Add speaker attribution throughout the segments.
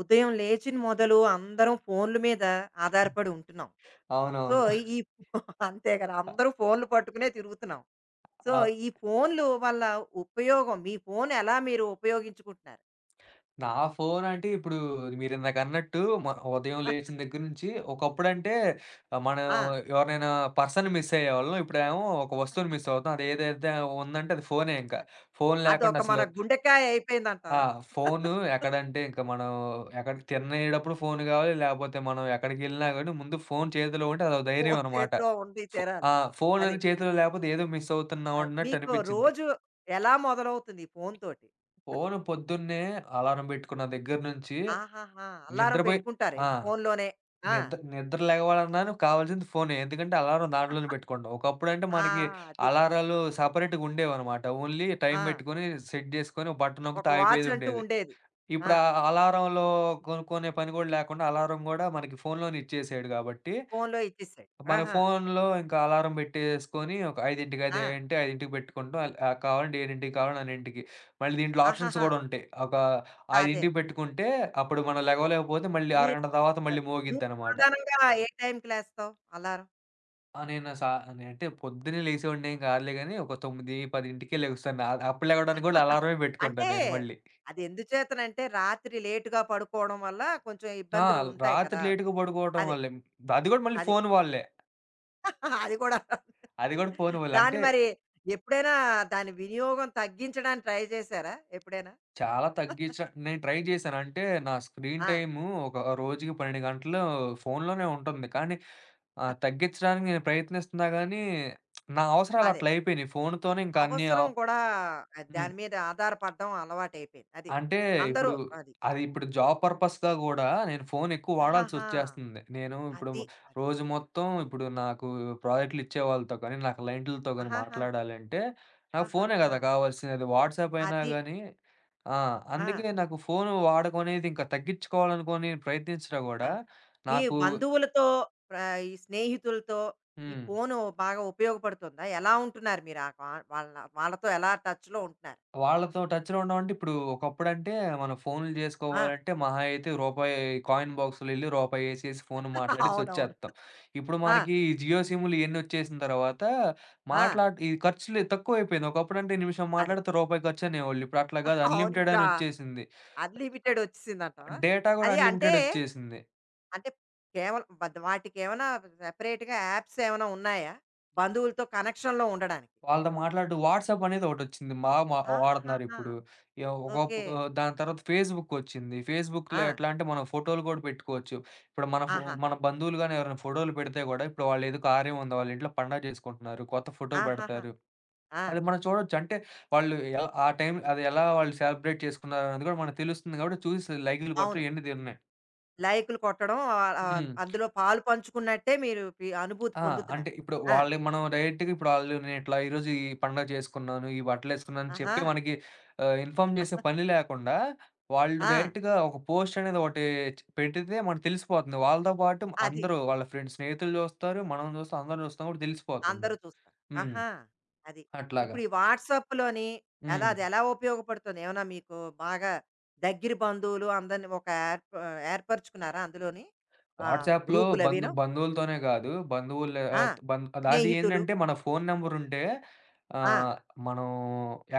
Speaker 1: ఉదయం లేచిన మొదలు అందరం ఫోన్ల మీద ఆధారపడి ఉంటున్నాం. సో,
Speaker 2: అవునవును.
Speaker 1: ఈ అంతే కదా! అందరూ ఫోన్లు పట్టుకునే తిరుగుతున్నాం. సో,
Speaker 2: ఆహ్,
Speaker 1: ఈ ఫోన్లు వల్ల ఉపయోగం మీ ఫోన్ ఎలా మీరు ఉపయోగించుకుంటున్నారు?
Speaker 2: నా ఫోనంటే ఇప్పుడు మీరిందాకన్నట్టు మ ఉదయం లేచిన దగ్గర నుంచి ఒకప్పుడంటే మనం
Speaker 1: ఆ!
Speaker 2: ఎవరినైనా పర్సన్‌ని మిస్ అయ్యేవాళ్ళం. ఇప్పుడేమో ఒక వస్తువుని మిస్ అవుతాం. అదేదైతే ఉందంటే అది ఫోనే
Speaker 1: ఆ!
Speaker 2: ఇంకా. ఫోను
Speaker 1: అదొక
Speaker 2: లేకుండా
Speaker 1: మన
Speaker 2: అసలు
Speaker 1: గుండెకాయ
Speaker 2: ఆ!
Speaker 1: అయిపోయిందంటావా?
Speaker 2: ఫోను ఎక్కడంటే ఇంక మనం ఎక్కడికి తినేటప్పుడు ఫోను కావాలి. లేకపోతే మనం ఎక్కడికెళ్ళినా గాని ముందు ఫోను చేతిలో ఉంటే అదో ధైర్యం
Speaker 1: ఫోన్
Speaker 2: అనమాట.
Speaker 1: చేతిలో ఉండి
Speaker 2: ఫో
Speaker 1: తీరాలి.
Speaker 2: ఆ!
Speaker 1: అది.
Speaker 2: ఫోనని చేతిలో లేకపోతే ఏదో మిస్ అవుతున్నాం
Speaker 1: అది.
Speaker 2: అన్నట్టు
Speaker 1: మీకు
Speaker 2: అనిపిచ్చిద్ది.
Speaker 1: రోజు ఎలా మొదలవుతుంది ఈ ఫోన్ తోటి?
Speaker 2: ఫోను పొద్దున్నే అలారం పెట్టుకున్న దగ్గర నుంచి
Speaker 1: ఆహాహా! అలారం
Speaker 2: నిద్రపోయి
Speaker 1: పెట్టుకుంటారు
Speaker 2: ఆ!
Speaker 1: ఏంటి ఫోన్‌లోనే. ఆ!
Speaker 2: నిద్ర నిద్ర లెగవాలన్నాను కావాల్సింది ఫోనే. ఎందుకంటే అలారం దాంట్లోనే పెట్టుకోవడం. ఒకప్పుడంటే
Speaker 1: ఆ!
Speaker 2: మనకి
Speaker 1: అది.
Speaker 2: అలారాలు సెపరేట్‌గా ఉండేవనమాట. ఓన్లీ టైం
Speaker 1: ఆ!
Speaker 2: పెట్టుకొని సెట్ చేసుకొని ఓ బటన్
Speaker 1: ఒక
Speaker 2: నొక్కితే
Speaker 1: వాచ్ అంటూ
Speaker 2: ఆగిపోయేదుండేది.
Speaker 1: ఉండేది. ఆ!
Speaker 2: ఇప్పుడు ఆ అలారంలో కొనుక్కునే పని కూడా లేకుండా అలారం గూడా మనకి ఫోన్‌లోనే ఇచ్చేసాడు గాబట్టి
Speaker 1: ఫోన్‌లో ఇచ్చేసాడు.
Speaker 2: మన
Speaker 1: ఆహా!
Speaker 2: ఫోన్‌లో ఇంకా అలారం పెట్టేసుకొని ఒక 5కి అది
Speaker 1: ఆ!
Speaker 2: అంటే 5కి పెట్టుకుంటాం. ఆహ్, ఆహ్, కావాలంటే 7కి కావాలంటే అన్నింటికి. మళ్ళీ దీంట్లో ఆప్షన్స్
Speaker 1: ఆహాహా!
Speaker 2: కూడా ఉంటాయి. ఒక
Speaker 1: అదే.
Speaker 2: 5కి పెట్టుకుంటే అప్పుడు మనం లెగవలేకపోతే మళ్ళీ
Speaker 1: మీరు
Speaker 2: అరగంట తర్వాత మళ్ళీ
Speaker 1: నువ్వు
Speaker 2: మోగిద్దనమాట.
Speaker 1: సాధారణంగా ఏ టైంకి లేస్తావు అలారం?
Speaker 2: ఆ! నేను సా నేనంటే పొద్దున్నే లేసేవాడిని ఏం కాదులే గాని ఒక 9, 10కే లెగుస్తాను. అప్పుడు లెగవడానికి కూడా అలారమే
Speaker 1: అంటే
Speaker 2: పెట్టుకుంటాను నేను మళ్ళీ.
Speaker 1: అది ఎందుచేతనంటే రాత్రి లేట్‌గా పడుకోవడం వల్ల కొంచెం
Speaker 2: ఆ!
Speaker 1: ఇబ్బందులు ఉంటాయి
Speaker 2: రాత్రి
Speaker 1: కదా!
Speaker 2: లేట్‌గా పడుకోవడం
Speaker 1: అదే.
Speaker 2: వల్లే. అది కూడా మళ్ళీ
Speaker 1: అది.
Speaker 2: ఫోను వల్లే.
Speaker 1: అది కూడా.
Speaker 2: అది కూడా ఫోను వల్లే.
Speaker 1: దాన్ని
Speaker 2: అంటే
Speaker 1: మరి ఎప్పుడైనా దాని వినియోగం తగ్గించడానికి ట్రై చేశారా ఎప్పుడైనా?
Speaker 2: చాలా తగ్గించా నేను ట్రై చేశాను. అంటే నా స్క్రీన్
Speaker 1: ఆ!
Speaker 2: టైము ఒక రోజుకి 12 గంటలు ఫోనులోనే ఉంటుంది. కానీ తగ్గించడానికి నేను ప్రయత్నిస్తున్నా గానీ, నా అవసరాలు
Speaker 1: అదే.
Speaker 2: అట్లా అయిపోయినాయి. ఫోనుతోనే ఇంకా అన్ని
Speaker 1: అవసరం కూడా అది.
Speaker 2: హ్మ్.
Speaker 1: దాని మీద ఆధారపడడం అలవాటయిపోయింది. అది.
Speaker 2: అంటే ఇప్పుడు
Speaker 1: అందరూ అది.
Speaker 2: అది ఇప్పుడు జాబ్ పర్పస్‌గా గూడా నేను ఫోన్ ఎక్కువ
Speaker 1: ఆహాహా!
Speaker 2: వాడాల్సొచ్చేస్తుంది. నేను ఇప్పుడు
Speaker 1: అది. అది.
Speaker 2: రోజు మొత్తం ఇప్పుడు నాకు ప్రాజెక్ట్‌లు ఇచ్చే వాళ్ళతో కానీ, నా క్లయింట్లతో గాని
Speaker 1: ఆహాహా!
Speaker 2: మాట్లాడాలంటే నాకు ఫోనే
Speaker 1: ఆహాహా!
Speaker 2: గదా! కావాల్సినది. వాట్సాప్ అయినా
Speaker 1: అది.
Speaker 2: గాని ఆ!
Speaker 1: ఆ!
Speaker 2: అందుకే నాకు ఫోను వాడకం అనేది ఇంకా తగ్గించుకోవాలనుకోని ప్రయత్నించినా
Speaker 1: ఆ!
Speaker 2: గూడా
Speaker 1: మీ
Speaker 2: నాకు
Speaker 1: బంధువులతో ప్ర ఈ స్నేహితులతో ఈ
Speaker 2: హ్మ్.
Speaker 1: ఫోను బాగా ఉపయోగపడుతుందా? ఎలా ఉంటున్నారు మీరు ఆ కా వాళ్ళ ఎలా టచ్‌లో ఉంటున్నారు?
Speaker 2: వాళ్ళతో టచ్‌లో ఉండమంటే ఇప్పుడు ఒకప్పుడంటే మనం ఫోన్‌లు
Speaker 1: ఆ!
Speaker 2: జేసుకోవాలంటే మహా అయితే రూపాయి కాయిన్ బాక్స్‌లో ఎళ్లి రూపాయేసేసి ఫోన్ మాట్లాడేసి
Speaker 1: అవునవును.
Speaker 2: వచ్చేత్తాం. ఇప్పుడు
Speaker 1: ఆ!
Speaker 2: మనకి ఈ జియో సిమ్‌లు ఇయన్నొచ్చేసిన తర్వాత
Speaker 1: ఆ!
Speaker 2: ఈ ఖర్చులు తక్కువైపోయింది. ఒకప్పుడంటే నిమిషం
Speaker 1: అదే.
Speaker 2: మాట్లాడితే రూపాయి ఖర్చనేవాళ్ళు. ఇప్పుడు అట్లా గాదు
Speaker 1: అవును.
Speaker 2: అన్‌లిమిటెడ్
Speaker 1: ఇప్పుడు
Speaker 2: అని
Speaker 1: ఆ
Speaker 2: వచ్చేసింది.
Speaker 1: అన్‌లిమిటెడ్ వచ్చేసిందంటావా?
Speaker 2: డేటా గూడా
Speaker 1: అది అంటే,
Speaker 2: అన్‌లిమిటెడ్ వచ్చేసింది.
Speaker 1: అంటే కేవలం వాటికేమైనా సెపరేట్‌గా యాప్స్ ఏమైనా ఉన్నాయా? బంధువులతో కనెక్షన్‌లో ఉండడానికి?
Speaker 2: వాళ్ళతో మాట్లాడడం వాట్సాప్ అనేది ఒకటొచ్చింది. బాగా
Speaker 1: ఆహాహా!
Speaker 2: వాడుతున్నారిప్పుడు. ఇగ
Speaker 1: ఓకే.
Speaker 2: ఒకప్పుడు దాని తర్వాత ఫేస్‌బుక్ ఒచ్చింది. ఫేస్‌బుక్‌లో
Speaker 1: ఆ!
Speaker 2: ఎట్లా అంటే మనం ఫోటోలు గూడా పెట్టుకోవచ్చు. ఇప్పుడు
Speaker 1: ఆహాహా!
Speaker 2: మన బంధువులు గాని ఎవరైనా ఫోటోలు పెడితే గూడా ఇప్పుడు వాళ్ళేదో కార్యం ఉంది. వాళ్ళ ఇంట్లో పండగ జేసుకుంటున్నారు. కొత్త ఫోటో
Speaker 1: ఆహాహా!
Speaker 2: పెడతారు.
Speaker 1: ఆ!
Speaker 2: అది మనం చూడొచ్చు. అంటే వాళ్ళు ఎ ఆ టైం అది ఎలా వాళ్ళు సెలబ్రేట్ చేసుకున్నారనేది గూడా మనకు తెలుస్తుంది గాబట్టి చూసి లైకులు
Speaker 1: అవును.
Speaker 2: కొట్టడం ఇయన్నీ తిన్నాయి.
Speaker 1: లైకులు కొట్టడం, ఆహ్, ఆహ్,
Speaker 2: హ్మ్.
Speaker 1: అందులో పాలు పంచుకున్నట్టే మీరు అనుభూతి
Speaker 2: ఆ! అంటే
Speaker 1: పొందుతున్నారు.
Speaker 2: ఇప్పుడు
Speaker 1: ఆ!
Speaker 2: వాళ్ళే మనం డైరెక్ట్‌గా ఇప్పుడు ఆళ్ళు నేనిట్లా ఈరోజు ఈ పండగ చేసుకున్నాను, ఈ బట్టలేసుకున్నాను అని
Speaker 1: ఆహా!
Speaker 2: చెప్పి మనకి ఇన్ఫార్మ్ చేసే పని లేకుండా, వాళ్ళు
Speaker 1: ఆ!
Speaker 2: డైరెక్ట్‌గా ఒక పోస్ట్ అనేది ఒకటి పెడితే మనకు తెలిసిపోతుంది. వాళ్ళతో పాటు
Speaker 1: అది.
Speaker 2: అందరూ వాళ్ళ ఫ్రెండ్స్, స్నేహితులు చూస్తారు, మనం చూస్తాం, అందరం చూస్తాం కాబట్టి తెలిసిపోతుంది.
Speaker 1: అందరూ చూస్తారు.
Speaker 2: హ్మ్.
Speaker 1: ఆహా! అది.
Speaker 2: అట్లాగా.
Speaker 1: ఇప్పుడు ఈ వాట్సాప్‌లోని ఎలా
Speaker 2: హ్మ్.
Speaker 1: అది ఎలా ఉపయోగపడుతుంది? ఏమన్నా మీకు బాగా దగ్గర బంధువులు అందరిని ఒక ఏర్పరుచుకున్నారా అందులోని?
Speaker 2: వాట్సాప్‌లో
Speaker 1: గ్రూపులవీను?
Speaker 2: బంధువులతోనే కాదు, బంధువులు
Speaker 1: ఆ!
Speaker 2: ఆహ్, బం అది
Speaker 1: స్నేహితులు.
Speaker 2: ఏంటంటే మన ఫోను నంబర్ ఉంటే
Speaker 1: ఆ!
Speaker 2: ఆహ్, మనం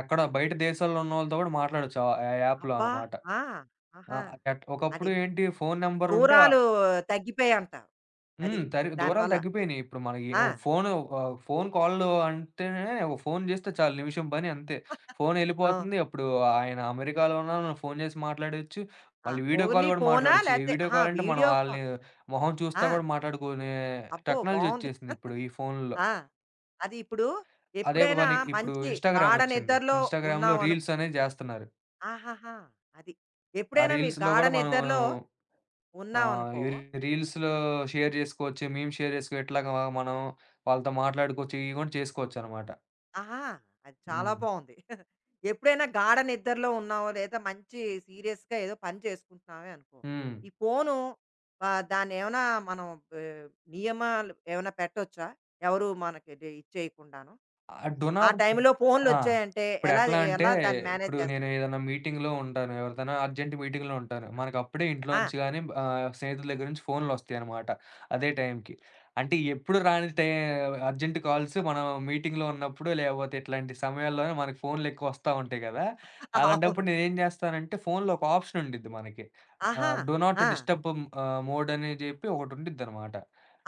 Speaker 2: ఎక్కడ బయట దేశాల్లో ఉన్నోళ్ళతో కూడా మాట్లాడొచ్చు ఆ యాప్‌లో
Speaker 1: అబ్బా!
Speaker 2: అన్నమాట.
Speaker 1: ఆ!
Speaker 2: ఆ!
Speaker 1: ఆహా!
Speaker 2: ఒకప్పుడు
Speaker 1: అది.
Speaker 2: ఏంటి ఫోను నంబరుంటే
Speaker 1: దూరాలు తగ్గిపోయాయంటావు. అది.
Speaker 2: హ్మ్. దూరాలు
Speaker 1: దానివల్ల.
Speaker 2: తగ్గిపోయినియి. ఇప్పుడు మనకి ఓ
Speaker 1: ఆ!
Speaker 2: ఫోను ఫోను కాల్లు అంటేనే ఒక ఫోను చేస్తే చాలు నిమిషం పని అంతే.
Speaker 1: ఆ!
Speaker 2: ఫోనెళ్ళిపోతుంది. అప్పుడు ఆయన అమెరికాలో ఉన్నా మనం ఫోను చేసి మాట్లాడొచ్చు.
Speaker 1: ఆ!
Speaker 2: మళ్ళీ వీడియో కాల్
Speaker 1: ఓన్లీ
Speaker 2: గూడా
Speaker 1: ఫోనా?
Speaker 2: మాట్లాడొచ్చు. ఈ
Speaker 1: లేతే
Speaker 2: వీడియో
Speaker 1: అహా!
Speaker 2: కాల్ అంటే మనం
Speaker 1: వీడియో
Speaker 2: ఆళ్ళని
Speaker 1: కాల్.
Speaker 2: మొహం చూస్తా
Speaker 1: ఆ!
Speaker 2: గూడా మాట్లాడుకునే
Speaker 1: అబ్బో!
Speaker 2: టెక్నాలజీ
Speaker 1: బావుంది.
Speaker 2: ఒచ్చేసింది ఇప్పుడు ఈ ఫోనుల్లో.
Speaker 1: ఆ! అది ఇప్పుడు
Speaker 2: అదే
Speaker 1: ఎప్పుడైనా
Speaker 2: పని ఇప్పుడు
Speaker 1: మంచి
Speaker 2: ఇన్‌స్టాగ్రామ్
Speaker 1: గాఢ
Speaker 2: ఒచ్చింది.
Speaker 1: నిద్రలో
Speaker 2: ఇన్‌స్టాగ్రామ్‌లో
Speaker 1: ఉన్నామను
Speaker 2: రీల్స్ అనేది జేస్తున్నారు.
Speaker 1: ఆహాహా! అది.
Speaker 2: ఆ
Speaker 1: ఎప్పుడైనా మీరు
Speaker 2: రీల్స్‌లో
Speaker 1: గాఢ
Speaker 2: గూడా మనం
Speaker 1: నిద్రలో
Speaker 2: ఆ!
Speaker 1: ఉన్నామనుకో.
Speaker 2: ఇవి రీల్స్‌లో షేర్ జేసుకోవచ్చు. మీమ్స్ షేర్ జేసుకో ఇట్లాగా మనం వాళ్ళతో మాట్లాడుకోవచ్చు. ఇవి గూడా చేసుకోవచ్చనమాట.
Speaker 1: ఆహా! అది చాలా
Speaker 2: హ్మ్.
Speaker 1: బావుంది. ఎప్పుడైనా గాఢ నిద్రలో ఉన్నావో, లేదా మంచి సీరియస్‌గా ఏదో పని చేసుకుంటున్నావే అనుకో.
Speaker 2: హ్మ్.
Speaker 1: ఈ ఫోను, దాన్నేమన్నా మనం, ఆహ్, నియమాలు ఏమైనా పెట్టొచ్చా? ఎవరు మనకి ఇచ్చేయకుండాను?
Speaker 2: ఆ!
Speaker 1: ఆ
Speaker 2: డొనాబ్
Speaker 1: టైంలో
Speaker 2: ఆ!
Speaker 1: ఫోన్‌లొచ్చాయంటే ఎలా,
Speaker 2: ఇప్పుడెట్లా అంటే,
Speaker 1: ఎలా దాన్ని మేనేజ్
Speaker 2: ఇప్పుడు
Speaker 1: చేస్తారు?
Speaker 2: నేను ఏదైనా మీటింగ్‌లో ఉంటాను. ఎవరితోనా అర్జెంట్ మీటింగ్‌లో ఉంటాను. మనకప్పుడే
Speaker 1: ఆ!
Speaker 2: ఇంట్లోంచి గాని స్నేహితుల దగ్గర నుంచి ఫోన్‌లొస్తాయనమాట అదే టైంకి. అంటే ఎప్పుడు రాని టై అర్జెంట్ కాల్స్ మనం మీటింగ్‌లో ఉన్నప్పుడు, లేకపోతే ఇట్లాంటి సమయాల్లోనే మనకు ఫోన్‌లెక్కువొస్తా ఉంటాయి గదా!
Speaker 1: అవును.
Speaker 2: అలాంటప్పుడు నేనేం జేస్తానంటే, ఫోన్‌లో ఒక ఆప్షన్ ఉండిద్ది మనకి.
Speaker 1: ఆహా!
Speaker 2: డూ నాట్
Speaker 1: ఆ!
Speaker 2: డిస్టర్బ్ మోడ్ అని జెప్పి ఒకటుండిద్దనమాట.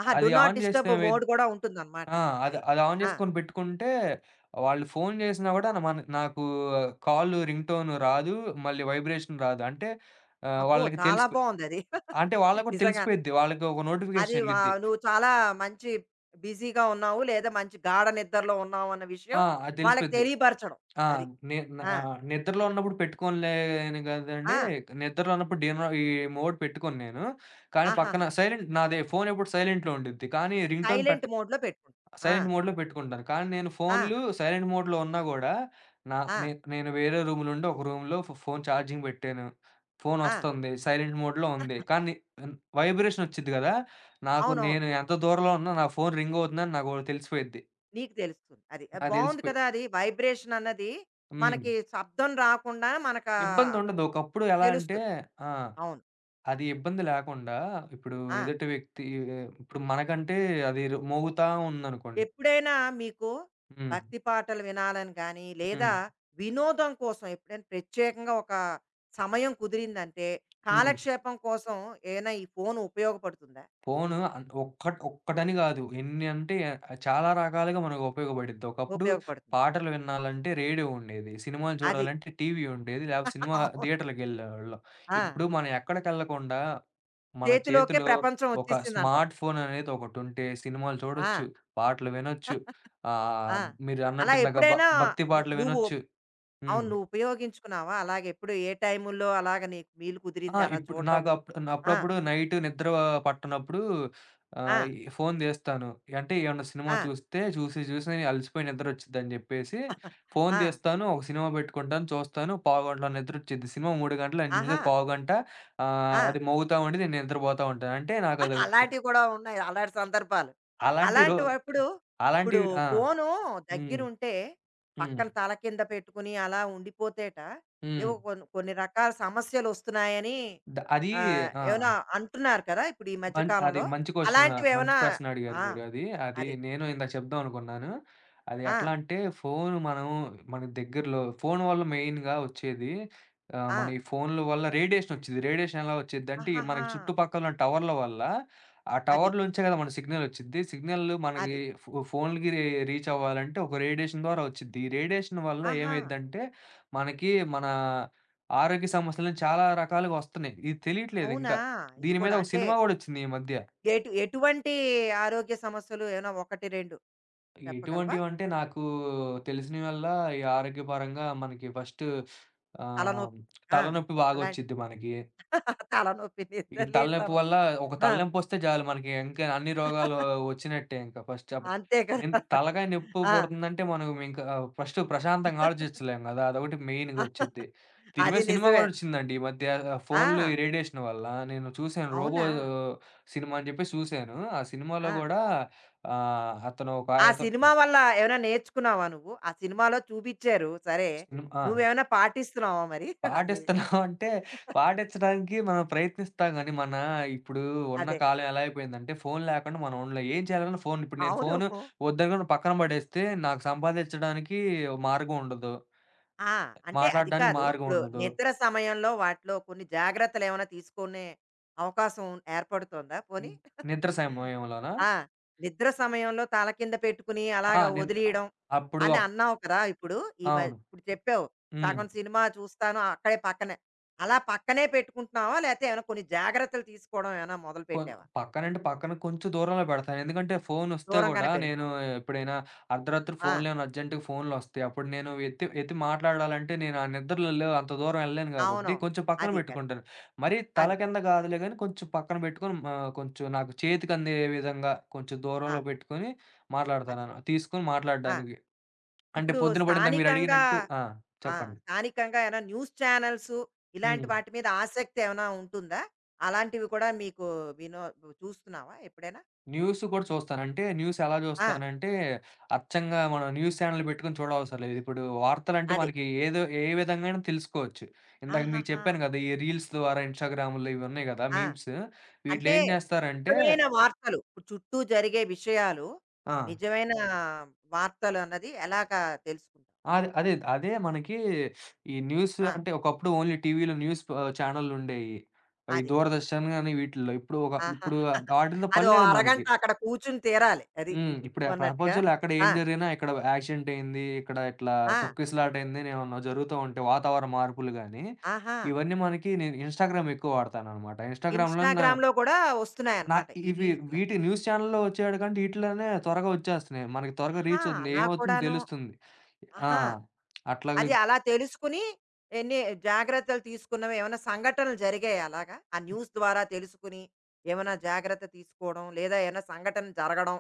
Speaker 1: ఆహా! డు
Speaker 2: అది
Speaker 1: నాట్
Speaker 2: ఆన్ జేస్తే
Speaker 1: డిస్టర్బ్ మోడ్
Speaker 2: ఏమైద్ది
Speaker 1: గూడా ఉంటుందనమాట.
Speaker 2: ఆ! అది
Speaker 1: అది.
Speaker 2: అది ఆన్
Speaker 1: ఆ!
Speaker 2: జేసుకొని పెట్టుకుంటే, వాళ్ళు ఫోను జేసినా గూడా నాకు రింగ్ టోన్ రాదు. మళ్ళీ వైబ్రేషన్ రాదు. అంటే ఆహ్,
Speaker 1: అబ్బో!
Speaker 2: వాళ్ళకి
Speaker 1: చాలా
Speaker 2: తెలిసిపో
Speaker 1: బావుందది.
Speaker 2: అంటే వాళ్ళకి గూడా
Speaker 1: నిజంగా.
Speaker 2: తెలిసిపోయిద్ది. వాళ్ళకి ఒక
Speaker 1: అది
Speaker 2: నోటిఫికేషన్
Speaker 1: వ
Speaker 2: ఎళ్ళిద్ది.
Speaker 1: నువ్వు చాలా మంచి బిజీగా ఉన్నావు, లేదా మంచి గాఢ నిద్రలో ఉన్నావు అన్న విషయం
Speaker 2: ఆ! అది
Speaker 1: వాళ్ళకి
Speaker 2: తెలిసిపోద్ది.
Speaker 1: తెలియపరచడం.
Speaker 2: ఆ!
Speaker 1: అది. ఆ!
Speaker 2: నిద్రలో ఉన్నప్పుడు పెట్టుకోనులేను గదండీ!
Speaker 1: ఆ!
Speaker 2: నిద్రలో ఉన్నప్పుడు డీనో ఈ మోడ్ పెట్టుకోను నేను. కానీ
Speaker 1: ఆహాహా!
Speaker 2: పక్కన సైలెంట్ నాది ఫోను ఎప్పుడు సైలెంట్‌లో ఉండిద్ది. కానీ రింగ్ టోన్
Speaker 1: సైలెంట్
Speaker 2: పెట్
Speaker 1: మోడ్‌లో పెట్టుకుంటాం. ఆ!
Speaker 2: సైలెంట్ మోడ్‌లో పెట్టుకుంటాను. కానీ నేను
Speaker 1: ఆ!
Speaker 2: ఫోన్లు సైలెంట్ మోడ్‌లో ఉన్నా గూడా, నా
Speaker 1: ఆ!
Speaker 2: నే నేను వేరే రూమ్ నుండి ఒక రూమ్‌లో ఫోన్ ఛార్జింగ్ పెట్టాను.
Speaker 1: ఆ!
Speaker 2: ఫోనొస్తుంది. సైలెంట్ మోడ్‌లో ఉంది. కానీ హ్మ్, వైబ్రేషన్ ఒచ్చిద్ది గదా!
Speaker 1: అవునవును.
Speaker 2: నేను ఎంత దూరంలో ఉన్నా నా ఫోన్ రింగ్ అవుతుందని నాకు తెలిసిపోయిద్ది.
Speaker 1: నీకు తెలుస్తుంది. అది. అది
Speaker 2: నాకు
Speaker 1: బావుంది
Speaker 2: తెలిసిపోయి
Speaker 1: కదా! అది, వైబ్రేషన్ అన్నది
Speaker 2: హ్మ్.
Speaker 1: మనకి శబ్దం రాకుండా మనకా
Speaker 2: ఇబ్బందుండదు. ఒకప్పుడు ఎలా అంటే
Speaker 1: తెలుస్తుంది.
Speaker 2: ఆ!
Speaker 1: అవును.
Speaker 2: అది ఇబ్బంది లేకుండా ఇప్పుడు
Speaker 1: ఆ!
Speaker 2: ఎదుటి వ్యక్తి ఇప్పుడు మనకంటే అది మోగుతా ఉందనుకోండి.
Speaker 1: ఎప్పుడైనా మీకు
Speaker 2: హ్మ్.
Speaker 1: భక్తి పాటలు వినాలని గానీ,
Speaker 2: హ్మ్.
Speaker 1: లేదా వినోదం కోసం ఎప్పుడైనా ప్రత్యేకంగా ఒక సమయం కుదిరిందంటే,
Speaker 2: హ్మ్.
Speaker 1: కాలక్షేపం కోసం ఏమైనా ఈ ఫోను ఉపయోగపడుతుందా?
Speaker 2: ఫోను అన్ ఒక్కట్ ఒక్కటని గాదు. ఎన్ని అంటే ఆ, చాలా రకాలుగా మనకు ఉపయోగపడిద్ది. ఒకప్పుడు
Speaker 1: ఉపయోగపడుతుంది.
Speaker 2: పాటలు వినాలంటే రేడియో ఉండేది. సినిమాలు
Speaker 1: అది.
Speaker 2: చూడాలంటే టీవీ ఉండేది. లేకపోతే సినిమా
Speaker 1: అవును.
Speaker 2: థియేటర్‌లకెళ్ళేవాళ్ళం.
Speaker 1: ఆ!
Speaker 2: ఇప్పుడు మనం ఎక్కడికెళ్ళకుండా మన
Speaker 1: చేతిలోకే
Speaker 2: చేతిలో
Speaker 1: ప్రపంచం
Speaker 2: ఒక
Speaker 1: వచ్చేసిందంటావు.
Speaker 2: స్మార్ట్ ఫోన్ అనేది ఒకటుంటే సినిమాలు
Speaker 1: ఆ!
Speaker 2: చూడొచ్చు, పాటలు వినొచ్చు.
Speaker 1: ఆ!
Speaker 2: ఆహ్,
Speaker 1: అలా
Speaker 2: మీరన్నట్టు ఇందాక
Speaker 1: ఎప్పుడైనా
Speaker 2: భక్తి పాటలు
Speaker 1: నువ్వు
Speaker 2: వినొచ్చు. హ్మ్.
Speaker 1: అవును. నువ్వు ఉపయోగించుకున్నావా? అలాగెప్పుడు ఏ టైముల్లో అలాగ నీకు వీలు
Speaker 2: ఆ!
Speaker 1: కుదిరింది అలా
Speaker 2: ఇప్పుడు
Speaker 1: చూడడం?
Speaker 2: నాకు
Speaker 1: ఆ!
Speaker 2: అప్పుడప్పుడు నైట్ నిద్ర పట్టనప్పుడు
Speaker 1: ఆ!
Speaker 2: ఈ ఫోన్ చేస్తాను. అంటే ఏమన్నా సినిమా
Speaker 1: ఆ!
Speaker 2: చూస్తే చూసి చూసి అలసిపోయి నిద్రొచ్చిద్దని చెప్పేసి ఫోన్
Speaker 1: ఆ!
Speaker 2: తీస్తాను. ఒక సినిమా పెట్టుకుంటాను చూస్తాను. పావుగంటలో నిద్రొచ్చిద్ది. సినిమా 3 గంటలు నేను చూసే
Speaker 1: ఆహా!
Speaker 2: పావుగంట
Speaker 1: ఆ!
Speaker 2: అది మోగుతా ఉండి నేను నిద్రపోతా ఉంటాను. అంటే నాకదో
Speaker 1: అలాంటివి కూడా ఉన్నాయి. అలాంటి సందర్భాలు.
Speaker 2: అలాంటి రో
Speaker 1: అలాంటివప్పుడు ఇప్పుడు
Speaker 2: అలాంటివి ఆ!
Speaker 1: ఫోను
Speaker 2: హ్మ్.
Speaker 1: దగ్గరుంటే
Speaker 2: హ్మ్.
Speaker 1: పక్కన తల కింద పెట్టుకుని అలా ఉండిపోతేట
Speaker 2: హ్మ్.
Speaker 1: ఏవో కొన్ని కొన్ని రకాల సమస్యలొస్తున్నాయని,
Speaker 2: ద అది ఆ!
Speaker 1: ఏమైనా అంటున్నారు కదా! ఇప్పుడు ఈ మధ్య
Speaker 2: అది
Speaker 1: కాలంలో.
Speaker 2: మంచి క్వెషన్. మంచి
Speaker 1: అలాంటివేమైనా
Speaker 2: ప్రశ్న అడిగారు
Speaker 1: ఆ!
Speaker 2: మీరు అది. అది
Speaker 1: అది.
Speaker 2: నేను ఇందాక చెప్దాం అనుకున్నాను. అది ఎట్లా
Speaker 1: ఆ!
Speaker 2: అంటే ఫోను మనం మన దగ్గరలో ఫోను వల్ల మెయిన్‌గా వచ్చేది
Speaker 1: ఆ!
Speaker 2: మన ఈ ఫోన్‌ల వల్ల రేడియేషన్ వచ్చిద్ది. రేడియేషన్ ఎలా వచ్చిద్దంటే, ఈ మనకి
Speaker 1: ఆహాహా!
Speaker 2: చుట్టుపక్కల ఉన్న టవర్ల వల్ల, ఆ
Speaker 1: అది.
Speaker 2: టవర్ల నుంచే కదా మనకి సిగ్నల్ వచ్చిద్ది. సిగ్నల్ మనకి
Speaker 1: అది.
Speaker 2: ఫోన్‌లకి రీచ్ అవ్వాలంటే ఒక రేడియేషన్ ద్వారా వచ్చిద్ది. ఈ రేడియేషన్ వల్ల
Speaker 1: ఆహా!
Speaker 2: ఏమైద్దంటే, మనకి ఆరోగ్య సమస్యలని చాలా రకాలుగా వస్తున్నాయి. ఇది తెలియట్లేదు
Speaker 1: అవునా?
Speaker 2: ఇంకా.
Speaker 1: ఇది
Speaker 2: దీని మీద
Speaker 1: కూడా.
Speaker 2: ఒక
Speaker 1: అంటే
Speaker 2: సినిమా గూడొచ్చింది ఈ మధ్య.
Speaker 1: ఎటువంటి ఆరోగ్య సమస్యలు ఏమైనా 1, 2 చెప్పగలవా?
Speaker 2: ఎటువంటివంటే నాకు తెలిసినవల్లా ఈ ఆరోగ్యపరంగా మనకి ఫస్ట్ ఆహ్,
Speaker 1: తలనొప్పి ఆ!
Speaker 2: తలనొప్పి
Speaker 1: అలాంటి
Speaker 2: బాగొచ్చిద్ది మనకి.
Speaker 1: తలనొప్పి,
Speaker 2: ఈ తలనొప్పి
Speaker 1: నిద్రలేనితనం
Speaker 2: వల్ల
Speaker 1: కదా!
Speaker 2: ఒక
Speaker 1: ఆ!
Speaker 2: తలనొప్పొస్తే చాలు మనకి ఇంకా అన్ని రోగాలు వచ్చినట్టే ఇంకా ఫస్ట్ చెప్ప
Speaker 1: అంతే
Speaker 2: ఎన్
Speaker 1: కదా!
Speaker 2: తలకాయ నొప్పి
Speaker 1: ఆ!
Speaker 2: పుడుతుందంటే మనం ఇంకా ఫస్ట్ ప్రశాంతంగా ఆలోచించలేం గదా! అదొకటి మెయిన్‌గా వచ్చిద్ది. దీని మీద
Speaker 1: అది
Speaker 2: సినిమా గూడా
Speaker 1: నిజమే.
Speaker 2: వచ్చిందండి ఈ మధ్య ఫోన్‌లు ఈ
Speaker 1: ఆ!
Speaker 2: రేడియేషన్ వల్ల. నేను చూసాను 'రోబో'
Speaker 1: అవునా?
Speaker 2: ఆ, సినిమా అని చెప్పేసి చూసాను. ఆ సినిమాలో
Speaker 1: ఆ!
Speaker 2: గూడా అతను ఒక
Speaker 1: ఆ సినిమా వల్ల ఏమైనా నేర్చుకున్నావా నువ్వు? ఆ సినిమాలో చూపిచ్చారు సరే.
Speaker 2: హ్మ్. ఆ!
Speaker 1: నువ్వేమైనా పాటిస్తున్నావా మరి? అది.
Speaker 2: పాటిస్తున్నాం అంటే, పాటిచ్చడానికి మనం ప్రయత్నిస్తాం గానీ, మన ఇప్పుడు ఉన్న
Speaker 1: అదే.
Speaker 2: కాలం ఎలా అయిపోయిందంటే, ఫోను లేకుండా మనం ఉండలేం. ఏం చేయాలన్నా ఫోను ఇప్పుడు నేను
Speaker 1: అవును.
Speaker 2: ఫోను వద్దనుకుని పక్కన పడేస్తే, నాకు సంపాదిచ్చడానికి మార్గం ఉండదు.
Speaker 1: ఆ! అంటే అది
Speaker 2: మాట్లాడడానికి
Speaker 1: కాదు.
Speaker 2: మార్గం
Speaker 1: ఇప్పుడు
Speaker 2: ఉండదు.
Speaker 1: నిద్ర సమయంలో వాటిలో కొన్ని జాగ్రత్తలేమైనా తీసుకునే అవకాశం ఏర్పడుతోందా
Speaker 2: హ్మ్.
Speaker 1: పోనీ?
Speaker 2: నిద్ర సమయంలోనా?
Speaker 1: ఆ! నిద్ర సమయంలో తల కింద పెట్టుకుని
Speaker 2: ఆ!
Speaker 1: అలాగా
Speaker 2: నిద్
Speaker 1: వదిలీయడం
Speaker 2: అప్పుడు
Speaker 1: అని
Speaker 2: అప్
Speaker 1: అన్నావు కదా! ఇప్పుడు ఈ మ
Speaker 2: అవును.
Speaker 1: ఇప్పుడు చెప్పావు.
Speaker 2: హ్మ్.
Speaker 1: సగం సినిమా చూస్తాను అక్కడే పక్కనే. అలా పక్కనే పెట్టుకుంటున్నావా? లేతే ఏమైనా కొన్ని జాగ్రత్తలు తీసుకోవడం ఏమైనా మొదలు
Speaker 2: కొ
Speaker 1: పెట్టావా?
Speaker 2: పక్కనంటే పక్కన కొంచెం దూరంలో పెడతాను. ఎందుకంటే ఫోనొస్తే గూడా
Speaker 1: దూరంగానే పెడుతున్నావు.
Speaker 2: ఎప్పుడైనా అర్ధరాత్రి
Speaker 1: ఆ!
Speaker 2: అర్జెంట్‌గా ఫోన్‌లొస్తాయి. అప్పుడు నేను ఎత్తి ఎత్తి మాట్లాడాలంటే నేను ఆ నిద్రలో అంత దూరం ఎళ్ళలేను గాబట్టి
Speaker 1: అవునవును.
Speaker 2: కొంచెం పక్కన
Speaker 1: అది కరెక్ట్.
Speaker 2: బెట్టుకుంటాను. మరీ తల
Speaker 1: అది.
Speaker 2: కింద గాదులే గానీ కొంచెం పక్కన బెట్టుకొని కొంచెం నాకు చేతికందే విధంగా కొంచెం దూరంలో
Speaker 1: ఆ!
Speaker 2: పెట్టుకొని మాట్లాడతాను.
Speaker 1: అది.
Speaker 2: తీసుకొని
Speaker 1: ఆ!
Speaker 2: మాట్లాడడానికి. అంటే
Speaker 1: ఇప్పుడు
Speaker 2: పొద్దున పడిందా
Speaker 1: స్థానికంగా
Speaker 2: మీరడిగినట్టు ఆ!
Speaker 1: ఆ!
Speaker 2: చెప్పండి.
Speaker 1: స్థానికంగా ఏమైనా న్యూస్ ఛానల్స్
Speaker 2: హ్మ్.
Speaker 1: ఇలాంటి వాటి మీద ఆసక్తి ఏమైనా ఉంటుందా? అలాంటివి కూడా మీకు వినో చూస్తున్నావా ఎప్పుడైనా?
Speaker 2: న్యూస్ కూడా చూస్తాను. అంటే న్యూస్ ఎలా
Speaker 1: ఆ!
Speaker 2: చూస్తానంటే, అచ్చంగా మనం న్యూస్ ఛానెల్ పెట్టుకొని చూడవసరం లేదు. ఇప్పుడు వార్తలంటే
Speaker 1: అదే.
Speaker 2: మనకి ఏదో ఏ విధంగానైనా తెలుసుకోవచ్చు. ఇందాక మీకు
Speaker 1: ఆహాహా!
Speaker 2: చెప్పాను కదా! ఈ రీల్స్ ద్వారా ఇన్‌స్టాగ్రామ్‌లో ఇవి ఉన్నాయి కదా!
Speaker 1: ఆ!
Speaker 2: మీమ్స్. వీటిలో
Speaker 1: అంటే
Speaker 2: ఏం చేస్తారంటే
Speaker 1: నిజమైన వార్తలు ఇప్పుడు చుట్టూ జరిగే విషయాలు,
Speaker 2: ఆ!
Speaker 1: నిజమైన వార్తలు అన్నది ఎలాగా తెలుసుకుంటావు?
Speaker 2: అదే మనకి ఈ న్యూస్
Speaker 1: ఆ!
Speaker 2: అంటే ఒకప్పుడు ఓన్లీ టీవీలో న్యూస్ ఛానెల్లుండేయి. ఈ
Speaker 1: అది.
Speaker 2: దూరదర్శన్ గాని వీటిల్లో. ఇప్పుడు
Speaker 1: ఆహాహా!
Speaker 2: ఆటిలతో
Speaker 1: అది
Speaker 2: పని
Speaker 1: ఓ
Speaker 2: లేదు మనకి.
Speaker 1: అరగంట అక్కడ కూర్చుని తీరాలి. అది
Speaker 2: హ్మ్. ఇప్పుడు ఆ
Speaker 1: నువ్వన్నట్టుగా.
Speaker 2: ప్రపంచంలో ఎక్కడ ఏం
Speaker 1: ఆ!
Speaker 2: జరిగినా ఇక్కడ యాక్సిడెంట్ అయింది, ఇక్కడ ఇట్లా
Speaker 1: ఆ!
Speaker 2: తొక్కిసలాట అయిందని ఏమన్నా జరుగుతూ ఉంటే వాతావరణ మార్పులు గాని,
Speaker 1: ఆహా!
Speaker 2: ఇవన్నీ మనకి నేను ఇన్‌స్టాగ్రామ్ ఎక్కువ వాడతాననమాట. ఇన్‌స్టాగ్రామ్‌లో నా
Speaker 1: ఇన్‌స్టాగ్రామ్‌లో కూడా
Speaker 2: నా
Speaker 1: వస్తున్నాయన్నమాట ఈ
Speaker 2: ఇవి
Speaker 1: రీల్స్‌లా.
Speaker 2: వీటి న్యూస్ ఛానెల్‌లో వచ్చేవాడి కంటే ఈటిలోనే త్వరగా వచ్చేస్తున్నాయి. మనకి త్వరగా
Speaker 1: ఆహా!
Speaker 2: రీచ్ అవుతుంది.
Speaker 1: అలా
Speaker 2: ఏమవుతుందో
Speaker 1: కూడాను.
Speaker 2: తెలుస్తుంది. ఆ!
Speaker 1: ఆహా!
Speaker 2: అట్లాగే
Speaker 1: అది అలా తెలుసుకుని ఎన్ని జాగ్రత్తలు తీసుకున్నవి? ఏమైనా సంఘటనలు జరిగాయా అలాగా? ఆ న్యూస్ ద్వారా తెలుసుకుని ఏమైనా జాగ్రత్త తీసుకోవడం, లేదా ఏమైనా సంఘటన జరగడం,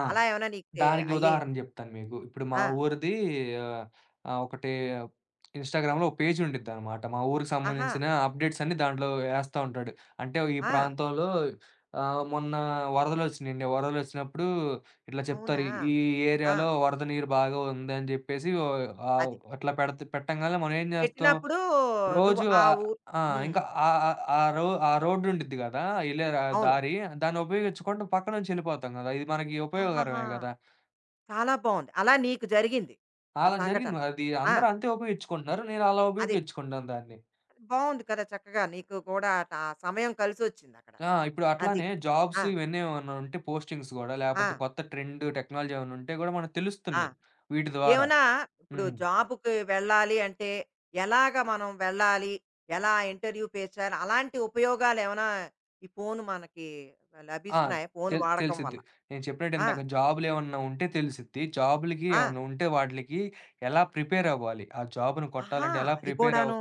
Speaker 2: ఆ!
Speaker 1: అలా ఏమైనా నీకు
Speaker 2: దానికి
Speaker 1: అయ్యాయి?
Speaker 2: ఉదాహరణ జెప్తాను మీకు. ఇప్పుడు మా
Speaker 1: ఆ!
Speaker 2: ఊరిది ఆహ్, ఆహ్, ఒకటి ఇన్‌స్టాగ్రామ్‌లో ఒక పేజ్ ఉండిద్దనమాట. మా ఊరికి
Speaker 1: ఆహా!
Speaker 2: సంబంధించిన అప్‌డేట్స్ అన్నీ దాంట్లో ఏస్తా ఉంటాడు. అంటే ఈ
Speaker 1: ఆ!
Speaker 2: ప్రాంతంలో మొన్న వరదలొచ్చినియండి. వరదలొచ్చినప్పుడు ఇట్లా
Speaker 1: అవునా?
Speaker 2: చెప్తారు. ఈ
Speaker 1: ఆ!
Speaker 2: ఏరియాలో వరద నీరు బాగా ఉందని జెప్పేసి ఓ
Speaker 1: అది.
Speaker 2: అట్లా పెట్టంగాల్నే మనం ఏం జేస్తాం?
Speaker 1: పెట్టినప్పుడు నువ్వు
Speaker 2: రోజు
Speaker 1: ఆ
Speaker 2: ఆహ్,
Speaker 1: ఊరు
Speaker 2: ఆ!
Speaker 1: హ్మ్.
Speaker 2: ఇంకా ఆహ్, ఆహ్, ఆ రో ఆ రోడ్డు ఉండిద్ది గదా! ఎళ్ళే
Speaker 1: అవును.
Speaker 2: దారి. దాన్ని ఉపయోగించుకుంటూ పక్కనుంచెళ్ళిపోతాం గదా! ఇది మనకి
Speaker 1: ఆహాహా!
Speaker 2: ఉపయోగకరమే గదా!
Speaker 1: చాలా బావుంది. అలా నీకు జరిగింది ఆ
Speaker 2: అలా జరిగింది
Speaker 1: సంఘటన.
Speaker 2: మరి అది
Speaker 1: ఆ!
Speaker 2: అందరూ అంతే ఉపయోగించుకుంటున్నారు. నేను అలా
Speaker 1: అది.
Speaker 2: ఉపయోగించుకుంటున్నాను దాన్ని.
Speaker 1: బావుంది కదా! చక్కగా నీకు కూడా ఆ సమయం కలిసొచ్చిందక్కడ.
Speaker 2: ఆ! ఇప్పుడు
Speaker 1: అది.
Speaker 2: అట్లానే జాబ్స్
Speaker 1: ఆ!
Speaker 2: ఇవన్నీ ఏమన్నా ఉంటే పోస్టింగ్స్ గూడా
Speaker 1: ఆ!
Speaker 2: లేపోతే కొత్త ట్రెండ్ టెక్నాలజీ ఏమన్నా ఉంటే గూడా మనకు
Speaker 1: ఆ!
Speaker 2: తెలుస్తున్నాయి వీటి ద్వారా.
Speaker 1: ఏమన్నా ఇప్పుడు
Speaker 2: హ్మ్.
Speaker 1: జాబ్‌కి వెళ్ళాలి అంటే, ఎలాగ మనం వెళ్ళాలి? ఎలా ఇంటర్వ్యూ ఫేస్ చేయాలి? అలాంటి ఉపయోగాలేమన్నా ఈ ఫోను మనకి
Speaker 2: ఆ!
Speaker 1: లభిస్తున్నాయా? ఫోను వాడకం
Speaker 2: తెలిసిద్ది.
Speaker 1: వల్ల?
Speaker 2: నేను చెప్పినట్టు
Speaker 1: ఆ!
Speaker 2: ఇందాక జాబులేమన్నా ఉంటే తెలిసిద్ది. జాబులకి
Speaker 1: ఆ!
Speaker 2: ఏమన్నా ఉంటే వాటిలికి ఎలా ప్రిపేర్ అవ్వాలి? ఆ జాబ్‌ని
Speaker 1: ఆహా!
Speaker 2: కొట్టాలంటే ఎలా
Speaker 1: అది
Speaker 2: ప్రిపేర్ అవ్
Speaker 1: కూడాను.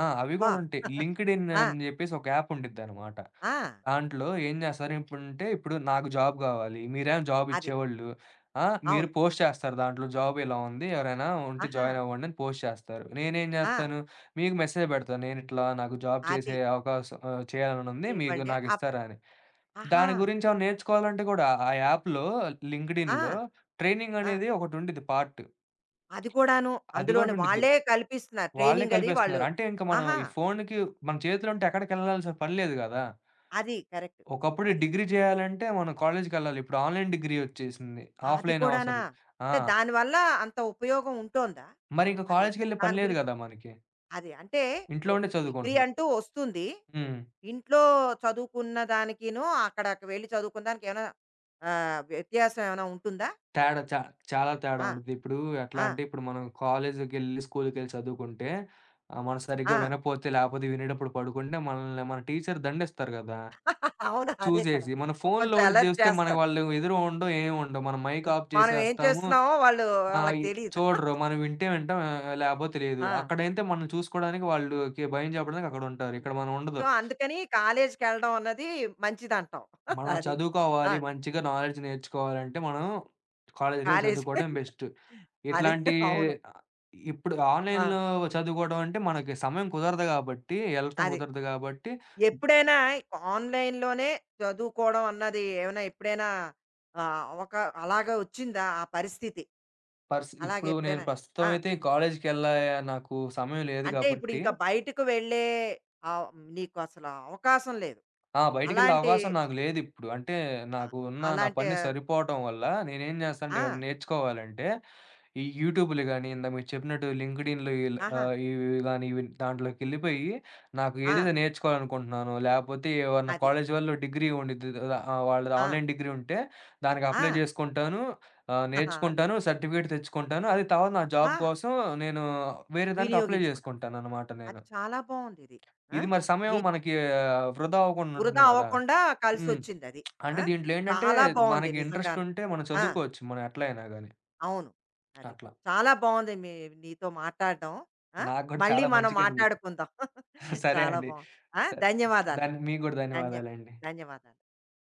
Speaker 2: ఆ! అవి
Speaker 1: అబ్బా!
Speaker 2: గూడా ఉంటాయి. లింక్డ్ఇన్
Speaker 1: ఆ!
Speaker 2: అని జెప్పేసి ఒక యాప్ ఉండిద్దనమాట.
Speaker 1: ఆ!
Speaker 2: దాంట్లో ఏం జేస్తారు ఇప్పుడంటే, ఇప్పుడు నాకు జాబ్ గావాలి. మీరేమో జాబ్
Speaker 1: అది.
Speaker 2: ఇచ్చేవాళ్ళు. ఆ! మీరు
Speaker 1: అవును.
Speaker 2: పోస్ట్ చేస్తారు దాంట్లో జాబ్ ఇలా ఉంది. ఎవరైనా ఉంటే
Speaker 1: ఆహా!
Speaker 2: జాయిన్ అవ్వండి అని పోస్ట్ చేస్తారు. నేనేం
Speaker 1: ఆ!
Speaker 2: జేస్తాను, మీకు మెసేజ్ పెడతాను. నేనిట్లా నాకు జాబ్
Speaker 1: అది
Speaker 2: చేసే అవకాశం చేయాలనుంది. మీకు
Speaker 1: ఇవ్వండి అని
Speaker 2: నాకిస్తారా అని.
Speaker 1: ఆహా!
Speaker 2: దాని గురించి ఏమైనా నేర్చుకోవాలంటే గూడా ఆ యాప్‌లో
Speaker 1: ఆ!
Speaker 2: లింక్డ్ఇన్‌లో ట్రైనింగ్
Speaker 1: ఆ!
Speaker 2: అనేది ఒకటుండిద్ది పార్ట్.
Speaker 1: అది కూడాను.
Speaker 2: అది గూడా
Speaker 1: అందులోని
Speaker 2: ఉండిద్ది.
Speaker 1: వాళ్ళే కల్పిస్తున్నారు.
Speaker 2: వాళ్ళే
Speaker 1: ట్రైనింగ్ అది వాళ్ళు
Speaker 2: కలిపేస్తున్నారు. అంటే ఇంక మనం
Speaker 1: ఆహా!
Speaker 2: ఈ ఫోన్‌కి మన చేతిలో ఉంటే ఎక్కడికెళ్ళాల్సిన పని లేదు గదా!
Speaker 1: అది కరెక్ట్.
Speaker 2: ఒకప్పుడు
Speaker 1: అది.
Speaker 2: డిగ్రీ చేయాలంటే మనం కాలేజ్‌కెళ్ళాలి. ఇప్పుడు ఆన్‌లైన్ డిగ్రీ వచ్చేసింది.
Speaker 1: అది
Speaker 2: ఆఫ్‌లైన్ అవసరం
Speaker 1: కూడానా?
Speaker 2: లే ఆ!
Speaker 1: అంటే దానివల్ల అంత ఉపయోగం ఉంటోందా?
Speaker 2: మరి ఇంక
Speaker 1: అది.
Speaker 2: కాలేజ్‌కెళ్ళే పని
Speaker 1: దాని
Speaker 2: లేదు
Speaker 1: గురించి
Speaker 2: గదా! మనకి.
Speaker 1: అది అంటే
Speaker 2: ఇంట్లో
Speaker 1: ఇప్పుడు
Speaker 2: ఉండే
Speaker 1: డిగ్రీ
Speaker 2: చదువుకుంటున్నాం.
Speaker 1: అంటూ వస్తుంది.
Speaker 2: హ్మ్.
Speaker 1: ఇంట్లో చదువుకున్న దానికిను, అక్కడకి వెళ్లి చదువుకున్న దానికి ఏమైనా, వ్యత్యాసం ఏమైనా ఉంటుందా?
Speaker 2: తేడా చా చాలా తేడా
Speaker 1: ఆ!
Speaker 2: ఉండిద్ది. ఇప్పుడు ఎట్లా
Speaker 1: ఆ!
Speaker 2: అంటే ఇప్పుడు మనం కాలేజ్‌కెళ్ళి, స్కూల్‌కెళ్ళి చదువుకుంటే మనం సరిగ్గా
Speaker 1: ఆ!
Speaker 2: వినపోతే లేపోతే వినేటప్పుడు పడుకుంటే మనల్ని మన టీచర్ దండిస్తారు గదా!
Speaker 1: అవును. అదే కదా!
Speaker 2: చూసేసి. మన ఫోన్‌లో
Speaker 1: కొంచెం
Speaker 2: ఉండి
Speaker 1: అలర్ట్
Speaker 2: జూస్తే మనకు
Speaker 1: చేస్తారు.
Speaker 2: వాళ్ళు ఎదురు ఉండవు, ఏమి ఉండవు. మనం మైక్ ఆఫ్
Speaker 1: మనం ఏం
Speaker 2: చేసేస్తాము.
Speaker 1: చేస్తున్నామో వాళ్ళు,
Speaker 2: ఆ!
Speaker 1: వాళ్ళకి
Speaker 2: ఇ
Speaker 1: తెలీదు.
Speaker 2: చూడరు. మనం వింటే వింటాం లేకపోతే లేదు.
Speaker 1: ఆ!
Speaker 2: అక్కడైతే మనం చూసుకోవడానికి వాళ్ళుకి భయం చెప్పడానికి అక్కడుంటారు. ఇక్కడ
Speaker 1: ఉంటారు.
Speaker 2: మనం ఉండదు.
Speaker 1: సో, అందుకని కాలేజ్‌కెళ్ళడం అన్నది మంచిదంటావు.
Speaker 2: మనం
Speaker 1: అది. ఆ!
Speaker 2: చదువుకోవాలి, మంచిగా నాలెడ్జ్ నేర్చుకోవాలంటే మనం కాలేజ్‌కెళ్ళి
Speaker 1: కాలేజ్‌కి
Speaker 2: చదువుకోవడం బెస్ట్.
Speaker 1: అదే.
Speaker 2: ఇట్లాంటి
Speaker 1: అవును.
Speaker 2: ఆహ్, ఇప్పుడు
Speaker 1: ఆ!
Speaker 2: ఆన్‌లైన్‌లో చదువుకోవడం అంటే మనకి సమయం కుదరదు కాబట్టి, ఎళ్ళటం
Speaker 1: అది.
Speaker 2: కుదరదు కాబట్టి,
Speaker 1: ఎప్పుడైనా ఆన్‌లైన్‌లోనే చదువుకోవడం అన్నది ఏమైనా ఎప్పుడైనా, ఒక అలాగా వచ్చిందా ఆ పరిస్థితి?
Speaker 2: ఇప్పుడు నేను
Speaker 1: అలాగెప్పుడైనా
Speaker 2: ప్రస్తుతం
Speaker 1: ఆ!
Speaker 2: అయితే కాలేజ్‌కెళ్ళే నాకు సమయం లేదు
Speaker 1: అంటే ఇప్పుడు
Speaker 2: కాబట్టి
Speaker 1: ఇంకా బయటకు వెళ్ళే, ఆహ్, నీకు అసలు అవకాశం లేదు.
Speaker 2: ఆ! బయటికెళ్ళే
Speaker 1: అలాంటి
Speaker 2: అవకాశం నాకు లేదిప్పుడు. అంటే
Speaker 1: అ
Speaker 2: నాకు ఉన్న నా
Speaker 1: అలాంటి
Speaker 2: పని సరిపోవటం వల్ల నేనేం చేస్తా అంటే
Speaker 1: ఆ!
Speaker 2: ఏమన్నా నేర్చుకోవాలంటే, ఈ యూట్యూబ్‌లు గాని, ఇందాక మీరు చెప్పినట్టు లింక్డ్ఇన్‌లు
Speaker 1: ఆహా!
Speaker 2: ఇవి గాని ఇవి దాంట్లోకెళ్ళిపోయి నాకు
Speaker 1: ఆ!
Speaker 2: ఏదైతే నేర్చుకోవాలనుకుంటున్నానో, లేకపోతే ఏమన్నా
Speaker 1: అది.
Speaker 2: కాలేజ్ వాళ్ళు డిగ్రీ ఉండిద్ది కదా! వాళ్ళది
Speaker 1: ఆ!
Speaker 2: ఆన్‌లైన్ డిగ్రీ ఉంటే దానికి
Speaker 1: ఆ!
Speaker 2: అప్లై చేసుకుంటాను.
Speaker 1: అది.
Speaker 2: నేర్చుకుంటాను. సర్టిఫికేట్ తెచ్చుకుంటాను. అది తర్వాత నా
Speaker 1: అబ్బా!
Speaker 2: జాబ్ కోసం నేను వేరే దానికి అప్లై
Speaker 1: వినియోగించుకుంటాం.
Speaker 2: చేసుకుంటాననమాట
Speaker 1: అది
Speaker 2: నేను.
Speaker 1: చాలా బావుందిది. ఆ!
Speaker 2: ఇది మరి సమయం
Speaker 1: మీ
Speaker 2: మనకి వృధా అవ్వకుండా ఉంటుంది
Speaker 1: వృధా
Speaker 2: కదా!
Speaker 1: అవ్వకుండా
Speaker 2: హ్మ్.
Speaker 1: కలిసొచ్చిందది.
Speaker 2: అంటే
Speaker 1: ఆ!
Speaker 2: దీంట్లో ఏంటంటే
Speaker 1: చాలా బావుంది
Speaker 2: మనకి ఇంట్రెస్ట్
Speaker 1: నిజంగాను.
Speaker 2: ఉంటే మనం
Speaker 1: ఆ!
Speaker 2: చదువుకోవచ్చు. మనం ఎట్లా అయినా గాని.
Speaker 1: అవును. అది.
Speaker 2: అట్లా.
Speaker 1: చాలా బావుంది మీ నీతో మాట్లాడడం. ఆ!
Speaker 2: నాకు గూడా
Speaker 1: మళ్ళీ
Speaker 2: చాలా
Speaker 1: మనం
Speaker 2: మంచిగా అనిపిచ్చింది.
Speaker 1: మాట్లాడుకుందాం.
Speaker 2: సరే
Speaker 1: చాలా
Speaker 2: అండి.
Speaker 1: బావుంది. ఆ!
Speaker 2: స దానికి
Speaker 1: ధన్యవాదాలండి.
Speaker 2: మీకు గూడా
Speaker 1: ధన్యం
Speaker 2: ధన్యవాదాలండి.
Speaker 1: ధన్యవాదాలు.